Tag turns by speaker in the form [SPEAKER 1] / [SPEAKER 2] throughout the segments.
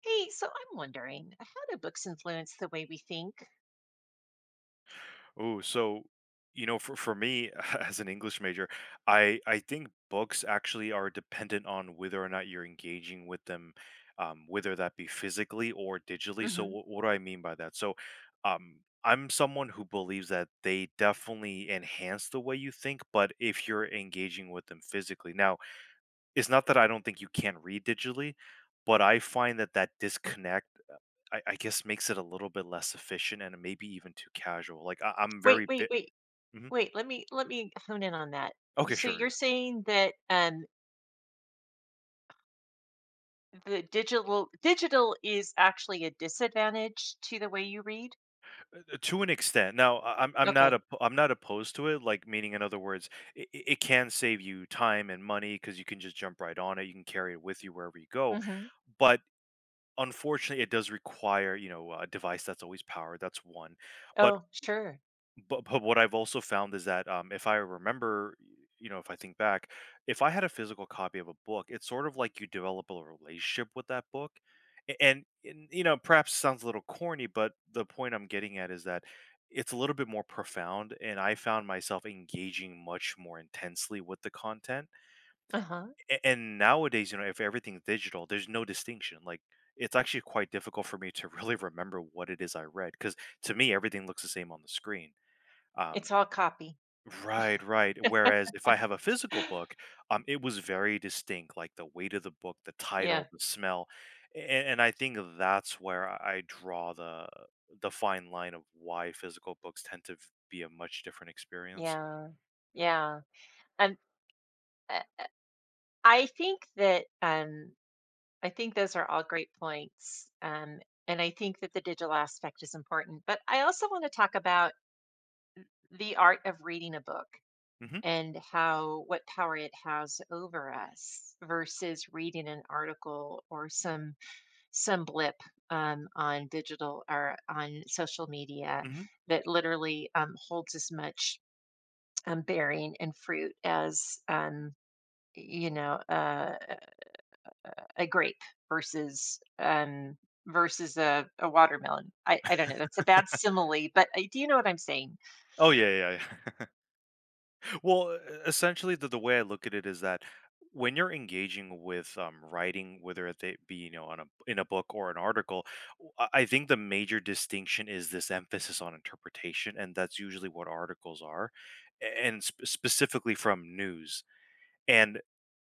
[SPEAKER 1] Hey, so I'm wondering, how do books influence the way we think?
[SPEAKER 2] Ooh, so, for me as an English major, I think books actually are dependent on whether or not you're engaging with them, whether that be physically or digitally. So,
[SPEAKER 1] hmm
[SPEAKER 2] what do I mean by that? So, I'm someone who believes that they definitely enhance the way you think, but if you're engaging with them physically, now it's not that I don't think you can read digitally, but I find that that disconnect I guess makes it a little bit less efficient and maybe even too casual. Like I'm
[SPEAKER 1] Wait,
[SPEAKER 2] very
[SPEAKER 1] wait, wait,
[SPEAKER 2] Mhm.
[SPEAKER 1] wait. Let me hone in on that.
[SPEAKER 2] Okay,
[SPEAKER 1] So
[SPEAKER 2] sure, yeah.
[SPEAKER 1] you're saying that the digital is actually a disadvantage to the way you read?
[SPEAKER 2] To an extent. Now, I'm not
[SPEAKER 1] Okay.
[SPEAKER 2] a am not opposed to it, like, meaning in other words, it can save you time and money because you can just jump right on it, you can carry it with you wherever you go,
[SPEAKER 1] Hmm.
[SPEAKER 2] but unfortunately, it does require, you know, a device that's always powered, that's one, but
[SPEAKER 1] Oh, sure.
[SPEAKER 2] but what I've also found is that, if I remember, y you know, if I think back, if I had a physical copy of a book, it's sort of like you develop a relationship with that book, a and, you know, perhaps sounds a little corny, but the point I'm getting at is that it's a little bit more profound, and I found myself engaging much more intensely with the content,
[SPEAKER 1] Uh-huh.
[SPEAKER 2] a and nowadays, you know, if everything's digital, there's no distinction, like, it's actually quite difficult for me to really remember what it is I read, because to me, everything looks the same on the screen, um
[SPEAKER 1] It's all copy.
[SPEAKER 2] Right, right. Whereas if I have a physical book, it was very distinct, like the weight of the book, the
[SPEAKER 1] Yeah,
[SPEAKER 2] title, the smell, and I think that's where I draw the fine line of why physical books tend to be a much different experience.
[SPEAKER 1] yeah, yeah. Um, uh, I think that um, I think those are all great points. And I think that the digital aspect is important, but I also want to talk about the art of reading a book
[SPEAKER 2] Hmm.
[SPEAKER 1] and how what power it has over us versus reading an article or some blip on digital or on social media
[SPEAKER 2] Hmm.
[SPEAKER 1] that literally holds as much bearing and fruit as you know uh, a grape versus um versus a watermelon. I don't know. That's a bad simile, but do you know what I'm saying?
[SPEAKER 2] Oh yeah, yeah, yeah. Well, essentially, the way I look at it is that when you're engaging with writing, whether it they be, you know, on a in a book or an article, I think the major distinction is this emphasis on interpretation, and that's usually what articles are, and specifically from news. And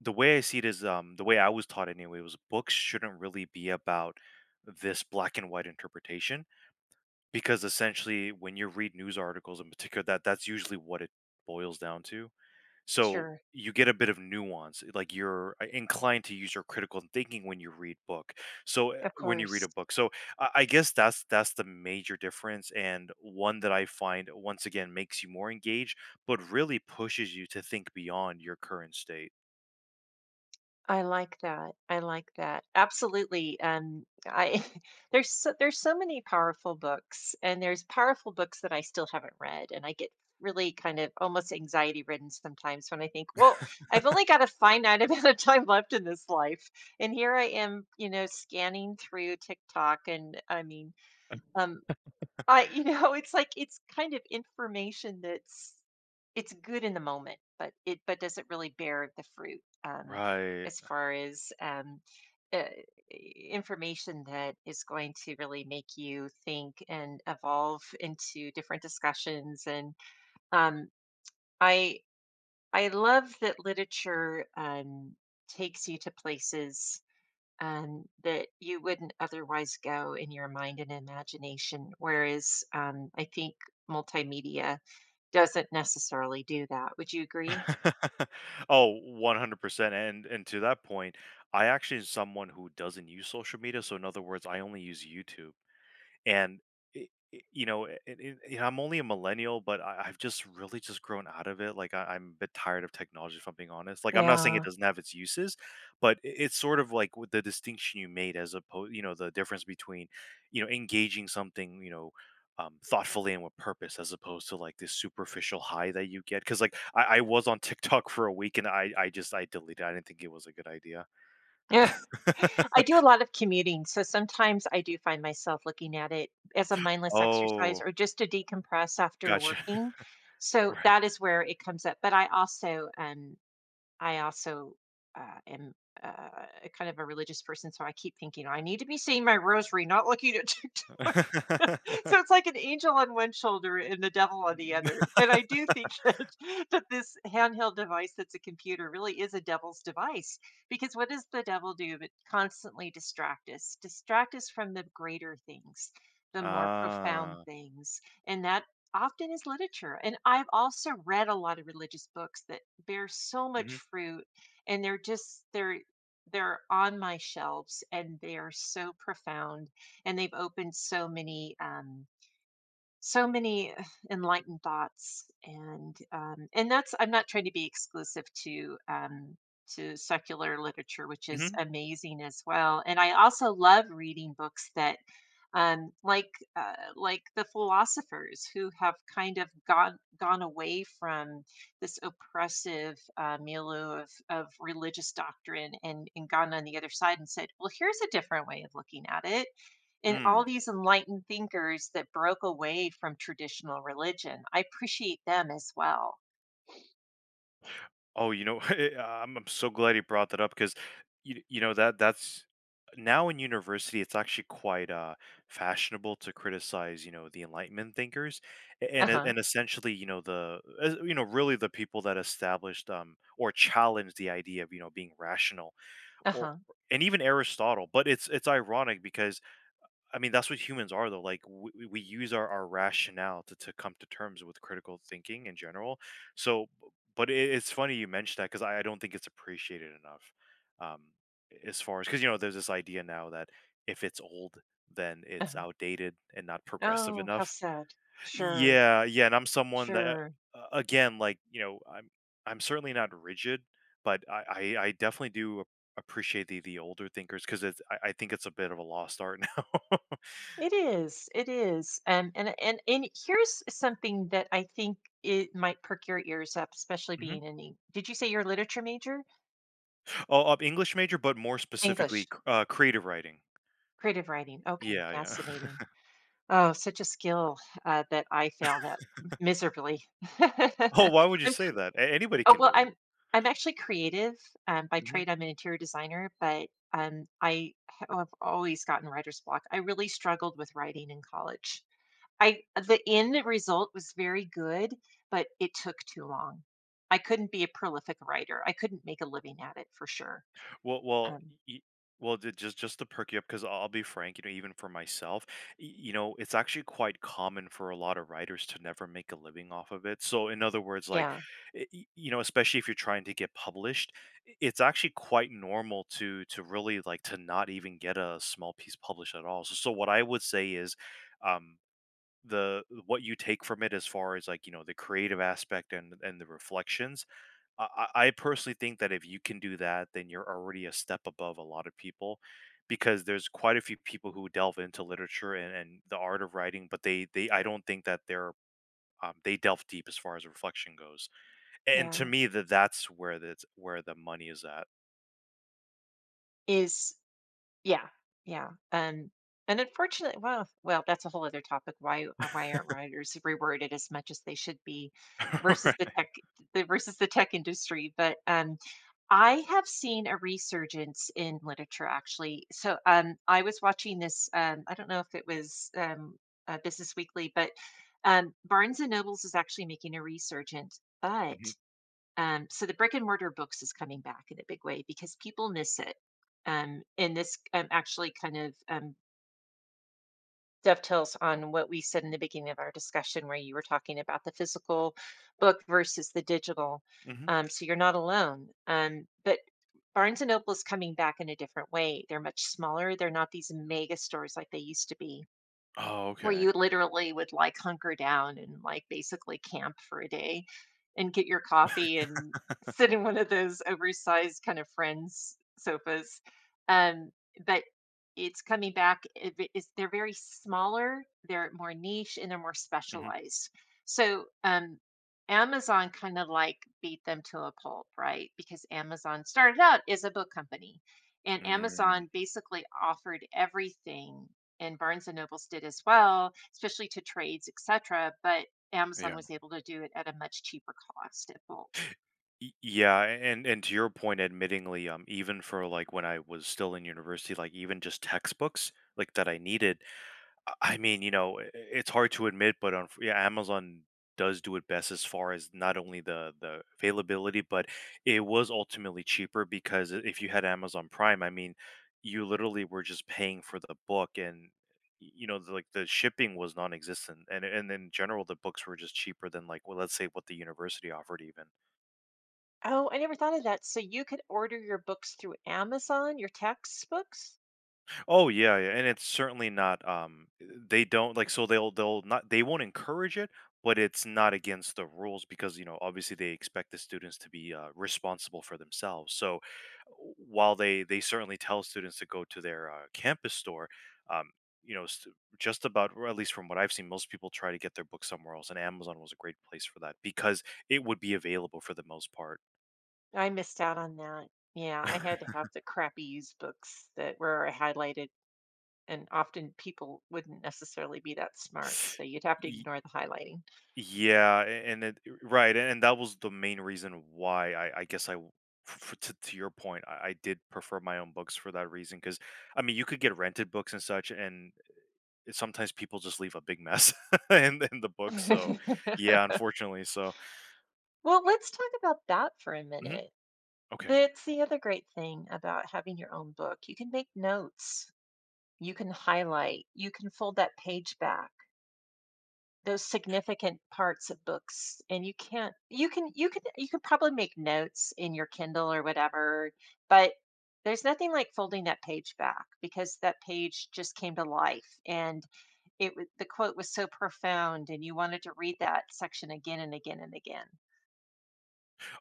[SPEAKER 2] the way I see it is, the way I was taught anyway was books shouldn't really be about this black and white interpretation, because essentially when you read news articles in particular, that's usually what it boils down to. So
[SPEAKER 1] Sure.
[SPEAKER 2] you get a bit of nuance, like you're inclined to use your critical thinking when you read book. So
[SPEAKER 1] Of
[SPEAKER 2] when you read
[SPEAKER 1] course.
[SPEAKER 2] a book, so I guess that's the major difference, and one that I find once again makes you more engaged, but really pushes you to think beyond your current state.
[SPEAKER 1] I like that. I like that. Absolutely. I there's so many powerful books, and there's powerful books that I still haven't read, and I get really kind of almost anxiety ridden sometimes when I think, well, I've only got a finite amount of time left in this life, and here I am, you know, scanning through TikTok, and I mean, um, I you know, it's like it's kind of information that's it's good in the moment, but it but doesn't really bear the fruit
[SPEAKER 2] Right.
[SPEAKER 1] as far as uh, information that is going to really make you think and evolve into different discussions. And um, I I love that literature takes you to places that you wouldn't otherwise go in your mind and imagination. Whereas I think multimedia doesn't necessarily do that. Would you agree?
[SPEAKER 2] 100%. And to that point, I actually am someone who doesn't use social media. So in other words, I only use YouTube. And I I you know, it- I'm only a millennial, but I've just really just grown out of it. Like I'm a bit tired of technology, if I'm being honest. Like I'm not saying it
[SPEAKER 1] Yeah.
[SPEAKER 2] doesn't have its uses, but it's sort of like with the distinction you made, as opposed, you know, the difference between, you know, engaging something, you know. Thoughtfully and with purpose, as opposed to like this superficial high that you get because like I was on TikTok for a week, and I deleted it. I didn't think it was a good idea.
[SPEAKER 1] Yeah. I do a lot of commuting, so sometimes I do find myself looking at it as a mindless exercise
[SPEAKER 2] Oh,
[SPEAKER 1] or just to decompress after
[SPEAKER 2] gotcha.
[SPEAKER 1] working. So
[SPEAKER 2] Right.
[SPEAKER 1] that is where it comes up. But I also am a kind of a religious person, so I keep thinking I need to be saying my rosary, not looking at TikTok. So it's like an angel on one shoulder and the devil on the other. And I do think that this handheld device that's a computer really is a devil's device, because what does the devil do but constantly distract us from the greater things, the more profound
[SPEAKER 2] Ah.
[SPEAKER 1] things, and that often is literature. And I've also read a lot of religious books that bear so much
[SPEAKER 2] Mhm,
[SPEAKER 1] fruit, and they're just they're on my shelves and they are so profound, and they've opened so many so many uh, enlightened thoughts, and that's, I'm not trying to be exclusive to secular literature, which is
[SPEAKER 2] mhm,
[SPEAKER 1] amazing as well, and I also love reading books that um, like like the philosophers who have kind of gone away from this oppressive milieu of religious doctrine, and gone on the other side and said, well, here's a different way of looking at it. And
[SPEAKER 2] mm.
[SPEAKER 1] all these enlightened thinkers that broke away from traditional religion, I appreciate them as well.
[SPEAKER 2] Oh, you know, I'm so glad you brought that up because, you know, that's now in university, it's actually quite, fashionable to criticize, you know, the Enlightenment thinkers, a
[SPEAKER 1] Uh
[SPEAKER 2] and e
[SPEAKER 1] huh.
[SPEAKER 2] and essentially, you know, the you know, really the people that established, or challenged the idea of, you know, being rational
[SPEAKER 1] Uh
[SPEAKER 2] or
[SPEAKER 1] huh.
[SPEAKER 2] and even Aristotle, but it's ironic because I mean, that's what humans are, though. Like we use our rationale to come to terms with critical thinking in general. So, but it's funny you mentioned that because I don't think it's appreciated enough. Um, as far as, because you know, there's this idea now that if it's old, then
[SPEAKER 1] Uh
[SPEAKER 2] it's
[SPEAKER 1] huh.
[SPEAKER 2] outdated and not progressive
[SPEAKER 1] Oh, how
[SPEAKER 2] enough.
[SPEAKER 1] sad. Sure.
[SPEAKER 2] Yeah, yeah, and I'm someone that
[SPEAKER 1] Sure.
[SPEAKER 2] again, like, you know, I'm certainly not rigid, but I definitely do appreciate the older thinkers because it's I think it's a bit of a lost art now.
[SPEAKER 1] It is, and here's something that I think it might perk your ears up, especially
[SPEAKER 2] Mhm.
[SPEAKER 1] being in Eng. Did you say you're a literature major?
[SPEAKER 2] Oh, English major, but more specifically,
[SPEAKER 1] English,
[SPEAKER 2] c creative writing.
[SPEAKER 1] creative writing, okay,
[SPEAKER 2] Yeah, yeah.
[SPEAKER 1] fascinating. Oh, such a skill, that I failed at miserably.
[SPEAKER 2] Oh, why would you
[SPEAKER 1] I'm
[SPEAKER 2] say that? A Anybody
[SPEAKER 1] oh,
[SPEAKER 2] can do
[SPEAKER 1] well,
[SPEAKER 2] it.
[SPEAKER 1] I'm I'm actually creative, by
[SPEAKER 2] Mhm.
[SPEAKER 1] trade. I'm an interior designer, but I have always gotten writer's block. I really struggled with writing in college. I the end result was very good, but it took too long. I couldn't be a prolific writer. I couldn't make a living at it for sure.
[SPEAKER 2] Well well,
[SPEAKER 1] Um,
[SPEAKER 2] y well, ju just to perk you up, because 'cause I'll be frank, you know, even for myself, y you know, it's actually quite common for a lot of writers to never make a living off of it. So, in other words, like,
[SPEAKER 1] yeah.
[SPEAKER 2] eh, you know, especially if you're trying to get published, I it's actually quite normal to really, like, to not even get a small piece published at all. So so what I would say is, um the what you take from it as far as like, you know, the creative aspect and the reflections, I personally think that if you can do that, then you're already a step above a lot of people, because there's quite a few people who delve into literature and the art of writing, but they, I don't think that they're, they delve deep as far as reflection goes. And to
[SPEAKER 1] Yeah.
[SPEAKER 2] me, that's where the money is at.
[SPEAKER 1] Is. Yeah, yeah, and unfortunately, well, well, that's a whole other topic. Why are why aren't writers rewarded as much as they should be versus
[SPEAKER 2] Right.
[SPEAKER 1] the tech, the versus the tech industry? But I have seen a resurgence in literature actually. So I was watching this. I don't know if it was Business Weekly, but Barnes and Nobles is actually making a resurgent. But
[SPEAKER 2] Hmm.
[SPEAKER 1] so the brick and mortar books is coming back in a big way because people miss it. And this actually kind of dovetails on what we said in the beginning of our discussion, where you were talking about the physical book versus the digital.
[SPEAKER 2] Hmm.
[SPEAKER 1] So you're not alone. But Barnes and Noble is coming back in a different way. They're much smaller. They're not these mega stores like they used to be,
[SPEAKER 2] Oh,
[SPEAKER 1] where
[SPEAKER 2] okay.
[SPEAKER 1] you literally would like hunker down and like basically camp for a day and get your coffee and sit in one of those oversized kind of friends sofas. Um, but it's coming back. It's, they're very smaller, they're more niche, and they're more
[SPEAKER 2] Hmm.
[SPEAKER 1] specialized. So Amazon kind of like beat them to a pulp, right? Because Amazon started out as a book company and
[SPEAKER 2] Mm.
[SPEAKER 1] Amazon basically offered everything, and Barnes and Nobles did as well, especially to trades, etc. But Amazon
[SPEAKER 2] Yeah.
[SPEAKER 1] was able to do it at a much cheaper cost at bulk.
[SPEAKER 2] Yeah, and to your point, admittingly, even for like when I was still in university, like even just textbooks like that I needed. I mean, you know, it's hard to admit, but on yeah, Amazon does do it best as far as not only the availability, but it was ultimately cheaper because if you had Amazon Prime, I mean, you literally were just paying for the book, and you know the, like the shipping was non-existent, and in general the books were just cheaper than like, well, let's say what the university offered even.
[SPEAKER 1] Oh, I never thought of that. So you could order your books through Amazon, your textbooks?
[SPEAKER 2] Oh yeah, yeah, and it's certainly not. They don't like, so they'll not they won't encourage it, but it's not against the rules, because you know obviously they expect the students to be responsible for themselves. So while they certainly tell students to go to their campus store, um, you know, just about, or at least from what I've seen, most people try to get their books somewhere else, and Amazon was a great place for that because it would be available for the most part.
[SPEAKER 1] I missed out on that. Yeah, I had to have the crappy used books that were highlighted, and often people wouldn't necessarily be that smart, so you'd have to
[SPEAKER 2] Y-
[SPEAKER 1] ignore the highlighting.
[SPEAKER 2] Yeah, a- and it right, and that was the main reason why I guess I, w- f- f- to your point, I did prefer my own books for that reason. Because I mean, you could get rented books and such, and it- sometimes people just leave a big mess in the book. So, yeah, unfortunately. So,
[SPEAKER 1] Well, let's talk about that for a
[SPEAKER 2] mhm,
[SPEAKER 1] minute.
[SPEAKER 2] okay.
[SPEAKER 1] That's the other great thing about having your own book. You can make notes. You can highlight, you can fold that page back, those significant parts of books, and you can't you can you can you can probably make notes in your Kindle or whatever, but there's nothing like folding that page back because that page just came to life, and the quote was so profound and you wanted to read that section again and again and again.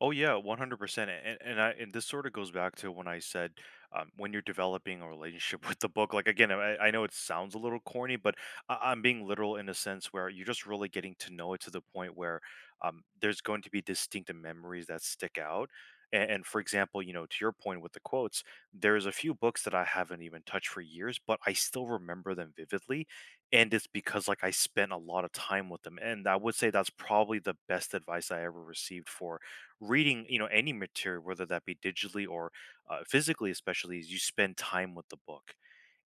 [SPEAKER 2] Oh yeah, 100%. And I, and this sort of goes back to when I said, when you're developing a relationship with the book, like again, I know it sounds a little corny, but I'm being literal in a sense where you're just really getting to know it to the point where, there's going to be distinct memories that stick out. And for example, you know, to your point with the quotes, there's a few books that I haven't even touched for years, but I still remember them vividly. And it's because like I spent a lot of time with them. And I would say that's probably the best advice I ever received for reading, you know, any material, whether that be digitally or physically especially, is you spend time with the book.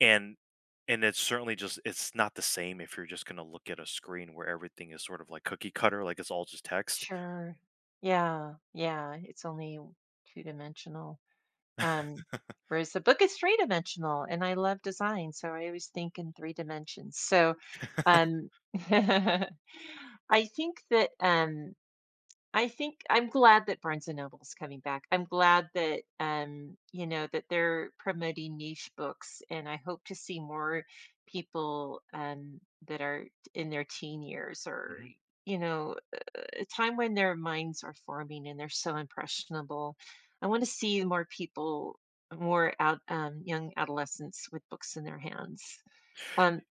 [SPEAKER 2] and and it's certainly just, it's not the same if you're just going to look at a screen where everything is sort of like cookie cutter, like it's all just text.
[SPEAKER 1] Sure. Yeah, yeah, it's only two dimensional. Um, whereas the book is three dimensional and I love design. So I always think in three dimensions. So um, I think that I think I'm glad that Barnes and Noble's coming back. I'm glad that you know that they're promoting niche books, and I hope to see more people that are in their teen years or
[SPEAKER 2] Hmm.
[SPEAKER 1] you know a time when their minds are forming and they're so impressionable. I want to see more people, young adolescents with books in their hands. Um,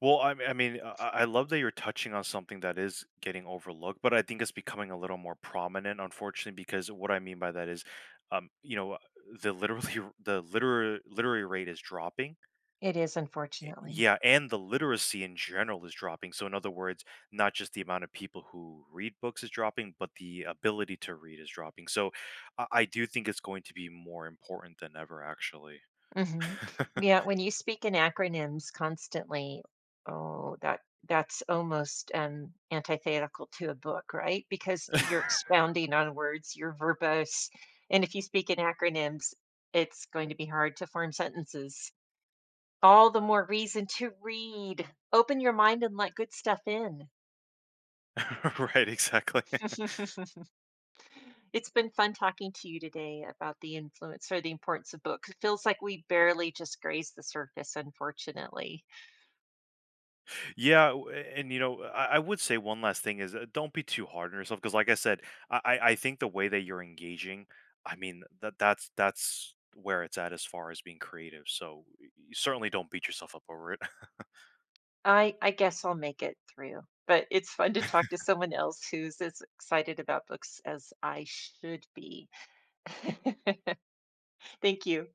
[SPEAKER 2] Well, I mean, I love that you're touching on something that is getting overlooked, but I think it's becoming a little more prominent, unfortunately, because what I mean by that is, you know, the literally the literary rate is dropping.
[SPEAKER 1] it is unfortunately.
[SPEAKER 2] Yeah, and the literacy in general is dropping. So, in other words, not just the amount of people who read books is dropping, but the ability to read is dropping. So, I do think it's going to be more important than ever, actually.
[SPEAKER 1] Hmm. Yeah, when you speak in acronyms constantly, oh, that that's almost antithetical to a book, right? Because you're expounding on words, you're verbose, and if you speak in acronyms, it's going to be hard to form sentences. All the more reason to read. Open your mind and let good stuff in.
[SPEAKER 2] Right, exactly.
[SPEAKER 1] It's been fun talking to you today about the influence or the importance of books. It feels like we barely just grazed the surface, unfortunately.
[SPEAKER 2] Yeah, and you know, I would say one last thing is don't be too hard on yourself because, like I said, I think the way that you're engaging, I mean, that's where it's at as far as being creative. So, certainly don't beat yourself up over it.
[SPEAKER 1] I guess I'll make it through, but it's fun to talk to someone else who's as excited about books as I should be. Thank you.